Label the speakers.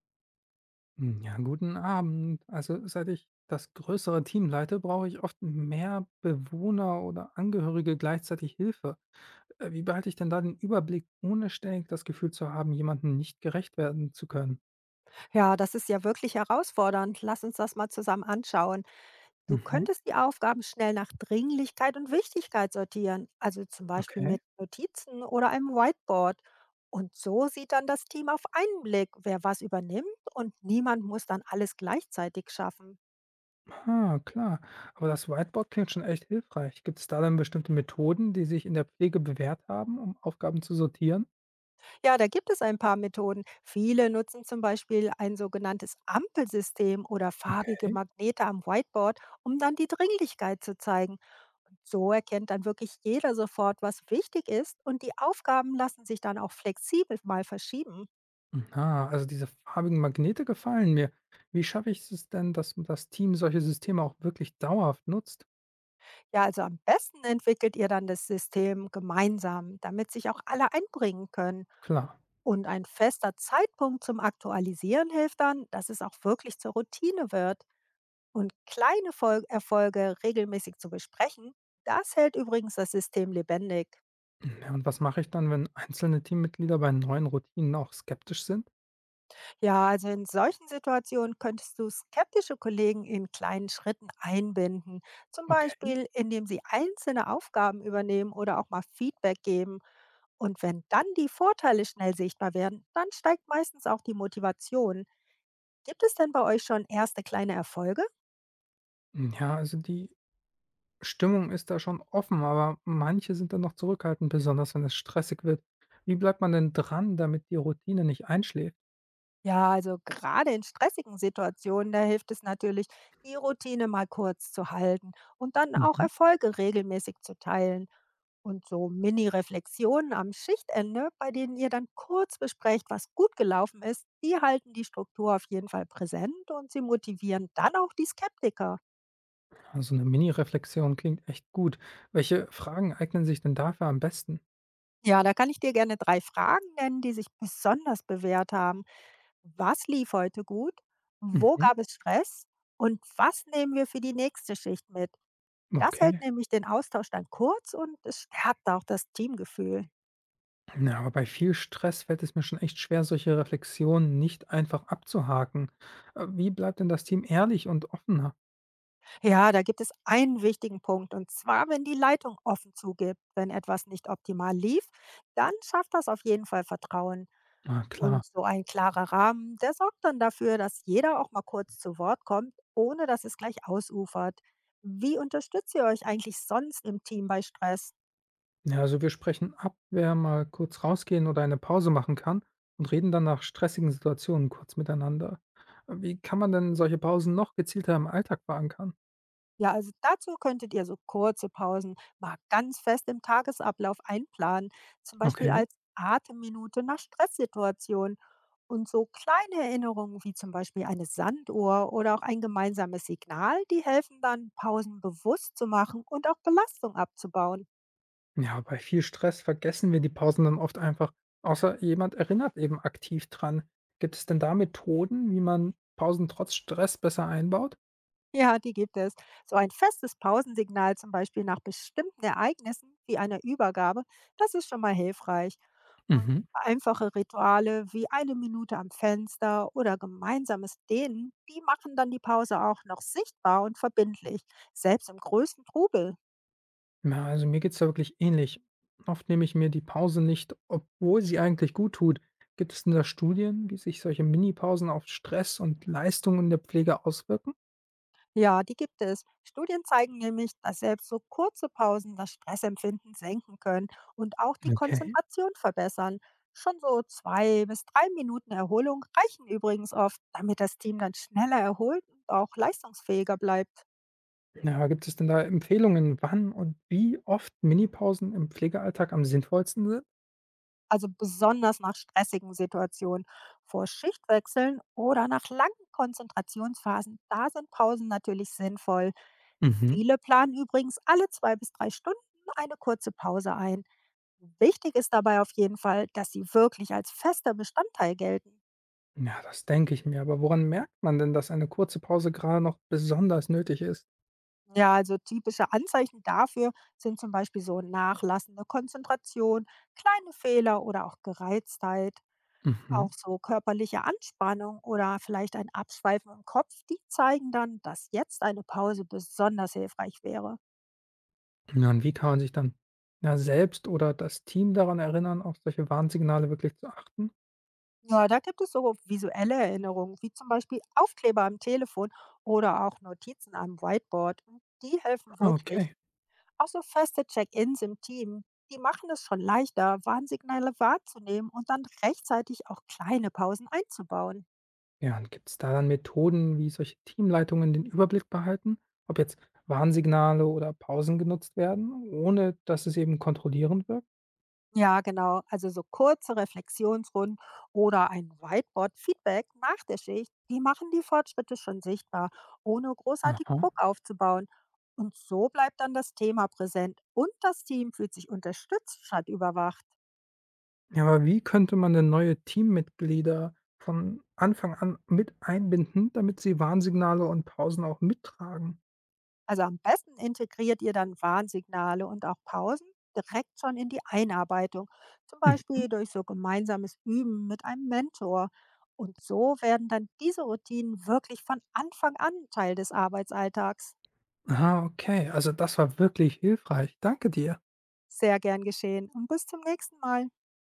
Speaker 1: Ja, guten Abend. Also seit ich das größere Team leite, brauche ich oft mehr Bewohner oder Angehörige gleichzeitig Hilfe. Wie behalte ich denn da den Überblick, ohne ständig das Gefühl zu haben, jemandem nicht gerecht werden zu können?
Speaker 2: Ja, das ist ja wirklich herausfordernd. Lass uns das mal zusammen anschauen. Du
Speaker 1: Mhm,
Speaker 2: könntest die Aufgaben schnell nach Dringlichkeit und Wichtigkeit sortieren, also zum Beispiel
Speaker 1: okay.
Speaker 2: mit Notizen oder einem Whiteboard. Und so sieht dann das Team auf einen Blick, wer was übernimmt und niemand muss dann alles gleichzeitig schaffen.
Speaker 1: Ah, klar. Aber das Whiteboard klingt schon echt hilfreich. Gibt es da dann bestimmte Methoden, die sich in der Pflege bewährt haben, um Aufgaben zu sortieren?
Speaker 2: Ja, da gibt es ein paar Methoden. Viele nutzen zum Beispiel ein sogenanntes Ampelsystem oder farbige Magnete am Whiteboard, um dann die Dringlichkeit zu zeigen. Und so erkennt dann wirklich jeder sofort, was wichtig ist und die Aufgaben lassen sich dann auch flexibel mal verschieben.
Speaker 1: Aha, also diese farbigen Magnete gefallen mir. Wie schaffe ich es denn, dass das Team solche Systeme auch wirklich dauerhaft nutzt?
Speaker 2: Ja, also am besten entwickelt ihr dann das System gemeinsam, damit sich auch alle einbringen können.
Speaker 1: Klar.
Speaker 2: Und ein fester Zeitpunkt zum Aktualisieren hilft dann, dass es auch wirklich zur Routine wird. Und kleine Erfolge regelmäßig zu besprechen, das hält übrigens das System lebendig.
Speaker 1: Ja, und was mache ich dann, wenn einzelne Teammitglieder bei neuen Routinen auch skeptisch sind?
Speaker 2: Ja, also in solchen Situationen könntest du skeptische Kollegen in kleinen Schritten einbinden, zum
Speaker 1: Okay.
Speaker 2: Beispiel indem sie einzelne Aufgaben übernehmen oder auch mal Feedback geben. Und wenn dann die Vorteile schnell sichtbar werden, dann steigt meistens auch die Motivation. Gibt es denn bei euch schon erste kleine Erfolge?
Speaker 1: Ja, also die Stimmung ist da schon offen, aber manche sind dann noch zurückhaltend, besonders wenn es stressig wird. Wie bleibt man denn dran, damit die Routine nicht einschläft?
Speaker 2: Ja, also gerade in stressigen Situationen, da hilft es natürlich, die Routine mal kurz zu halten und dann auch
Speaker 1: Mhm.
Speaker 2: Erfolge regelmäßig zu teilen. Und so Mini-Reflexionen am Schichtende, bei denen ihr dann kurz besprecht, was gut gelaufen ist, die halten die Struktur auf jeden Fall präsent und sie motivieren dann auch die Skeptiker.
Speaker 1: Also eine Mini-Reflexion klingt echt gut. Welche Fragen eignen sich denn dafür am besten?
Speaker 2: Ja, da kann ich dir gerne 3 Fragen nennen, die sich besonders bewährt haben. Was lief heute gut? Wo
Speaker 1: Mhm.
Speaker 2: gab es Stress? Und was nehmen wir für die nächste Schicht mit? Das hält
Speaker 1: Okay.
Speaker 2: nämlich den Austausch dann kurz und es stärkt auch das Teamgefühl.
Speaker 1: Ja, aber bei viel Stress fällt es mir schon echt schwer, solche Reflexionen nicht einfach abzuhaken. Wie bleibt denn das Team ehrlich und offener?
Speaker 2: Ja, da gibt es einen wichtigen Punkt und zwar, wenn die Leitung offen zugibt, wenn etwas nicht optimal lief, dann schafft das auf jeden Fall Vertrauen.
Speaker 1: Na klar.
Speaker 2: Und so ein klarer Rahmen, der sorgt dann dafür, dass jeder auch mal kurz zu Wort kommt, ohne dass es gleich ausufert. Wie unterstützt ihr euch eigentlich sonst im Team bei Stress?
Speaker 1: Ja, also wir sprechen ab, wer mal kurz rausgehen oder eine Pause machen kann und reden dann nach stressigen Situationen kurz miteinander. Wie kann man denn solche Pausen noch gezielter im Alltag verankern?
Speaker 2: Ja, also dazu könntet ihr so kurze Pausen mal ganz fest im Tagesablauf einplanen, zum Beispiel
Speaker 1: Okay.
Speaker 2: als Atemminute nach Stresssituationen. Und so kleine Erinnerungen wie zum Beispiel eine Sanduhr oder auch ein gemeinsames Signal, die helfen dann, Pausen bewusst zu machen und auch Belastung abzubauen.
Speaker 1: Ja, bei viel Stress vergessen wir die Pausen dann oft einfach, außer jemand erinnert eben aktiv dran. Gibt es denn da Methoden, wie man Pausen trotz Stress besser einbaut?
Speaker 2: Ja, die gibt es. So ein festes Pausensignal zum Beispiel nach bestimmten Ereignissen wie einer Übergabe, das ist schon mal hilfreich. Und
Speaker 1: Mhm.
Speaker 2: einfache Rituale wie eine Minute am Fenster oder gemeinsames Dehnen, die machen dann die Pause auch noch sichtbar und verbindlich, selbst im größten Trubel.
Speaker 1: Na, also mir geht's da wirklich ähnlich. Oft nehme ich mir die Pause nicht, obwohl sie eigentlich gut tut. Gibt es denn da Studien, wie sich solche Minipausen auf Stress und Leistung in der Pflege auswirken?
Speaker 2: Ja, die gibt es. Studien zeigen nämlich, dass selbst so kurze Pausen das Stressempfinden senken können und auch die
Speaker 1: Okay.
Speaker 2: Konzentration verbessern. Schon so 2 bis 3 Minuten Erholung reichen übrigens oft, damit das Team dann schneller erholt und auch leistungsfähiger bleibt.
Speaker 1: Na, gibt es denn da Empfehlungen, wann und wie oft Minipausen im Pflegealltag am sinnvollsten sind?
Speaker 2: Also besonders nach stressigen Situationen, vor Schichtwechseln oder nach langen Konzentrationsphasen, da sind Pausen natürlich sinnvoll.
Speaker 1: Mhm.
Speaker 2: Viele planen übrigens alle 2 bis 3 Stunden eine kurze Pause ein. Wichtig ist dabei auf jeden Fall, dass sie wirklich als fester Bestandteil gelten.
Speaker 1: Ja, das denke ich mir. Aber woran merkt man denn, dass eine kurze Pause gerade noch besonders nötig ist?
Speaker 2: Ja, also typische Anzeichen dafür sind zum Beispiel so nachlassende Konzentration, kleine Fehler oder auch Gereiztheit.
Speaker 1: Mhm.
Speaker 2: Auch so körperliche Anspannung oder vielleicht ein Abschweifen im Kopf, die zeigen dann, dass jetzt eine Pause besonders hilfreich wäre.
Speaker 1: Ja, und wie kann man sich dann ja, selbst oder das Team daran erinnern, auf solche Warnsignale wirklich zu achten?
Speaker 2: Ja, da gibt es so visuelle Erinnerungen, wie zum Beispiel Aufkleber am Telefon oder auch Notizen am Whiteboard. Und die helfen
Speaker 1: Ah,
Speaker 2: wirklich.
Speaker 1: okay.
Speaker 2: Auch so feste Check-ins im Team, die machen es schon leichter, Warnsignale wahrzunehmen und dann rechtzeitig auch kleine Pausen einzubauen.
Speaker 1: Ja, und gibt es da dann Methoden, wie solche Teamleitungen den Überblick behalten, ob jetzt Warnsignale oder Pausen genutzt werden, ohne dass es eben kontrollierend wirkt?
Speaker 2: Ja, genau. Also so kurze Reflexionsrunden oder ein Whiteboard-Feedback nach der Schicht, die machen die Fortschritte schon sichtbar, ohne großartig
Speaker 1: Aha.
Speaker 2: Druck aufzubauen. Und so bleibt dann das Thema präsent und das Team fühlt sich unterstützt statt überwacht.
Speaker 1: Ja, aber wie könnte man denn neue Teammitglieder von Anfang an mit einbinden, damit sie Warnsignale und Pausen auch mittragen?
Speaker 2: Also am besten integriert ihr dann Warnsignale und auch Pausen direkt schon in die Einarbeitung, zum
Speaker 1: Mhm.
Speaker 2: Beispiel durch so gemeinsames Üben mit einem Mentor. Und so werden dann diese Routinen wirklich von Anfang an Teil des Arbeitsalltags.
Speaker 1: Ah, okay. Also das war wirklich hilfreich. Danke dir.
Speaker 2: Sehr gern geschehen und bis zum nächsten Mal.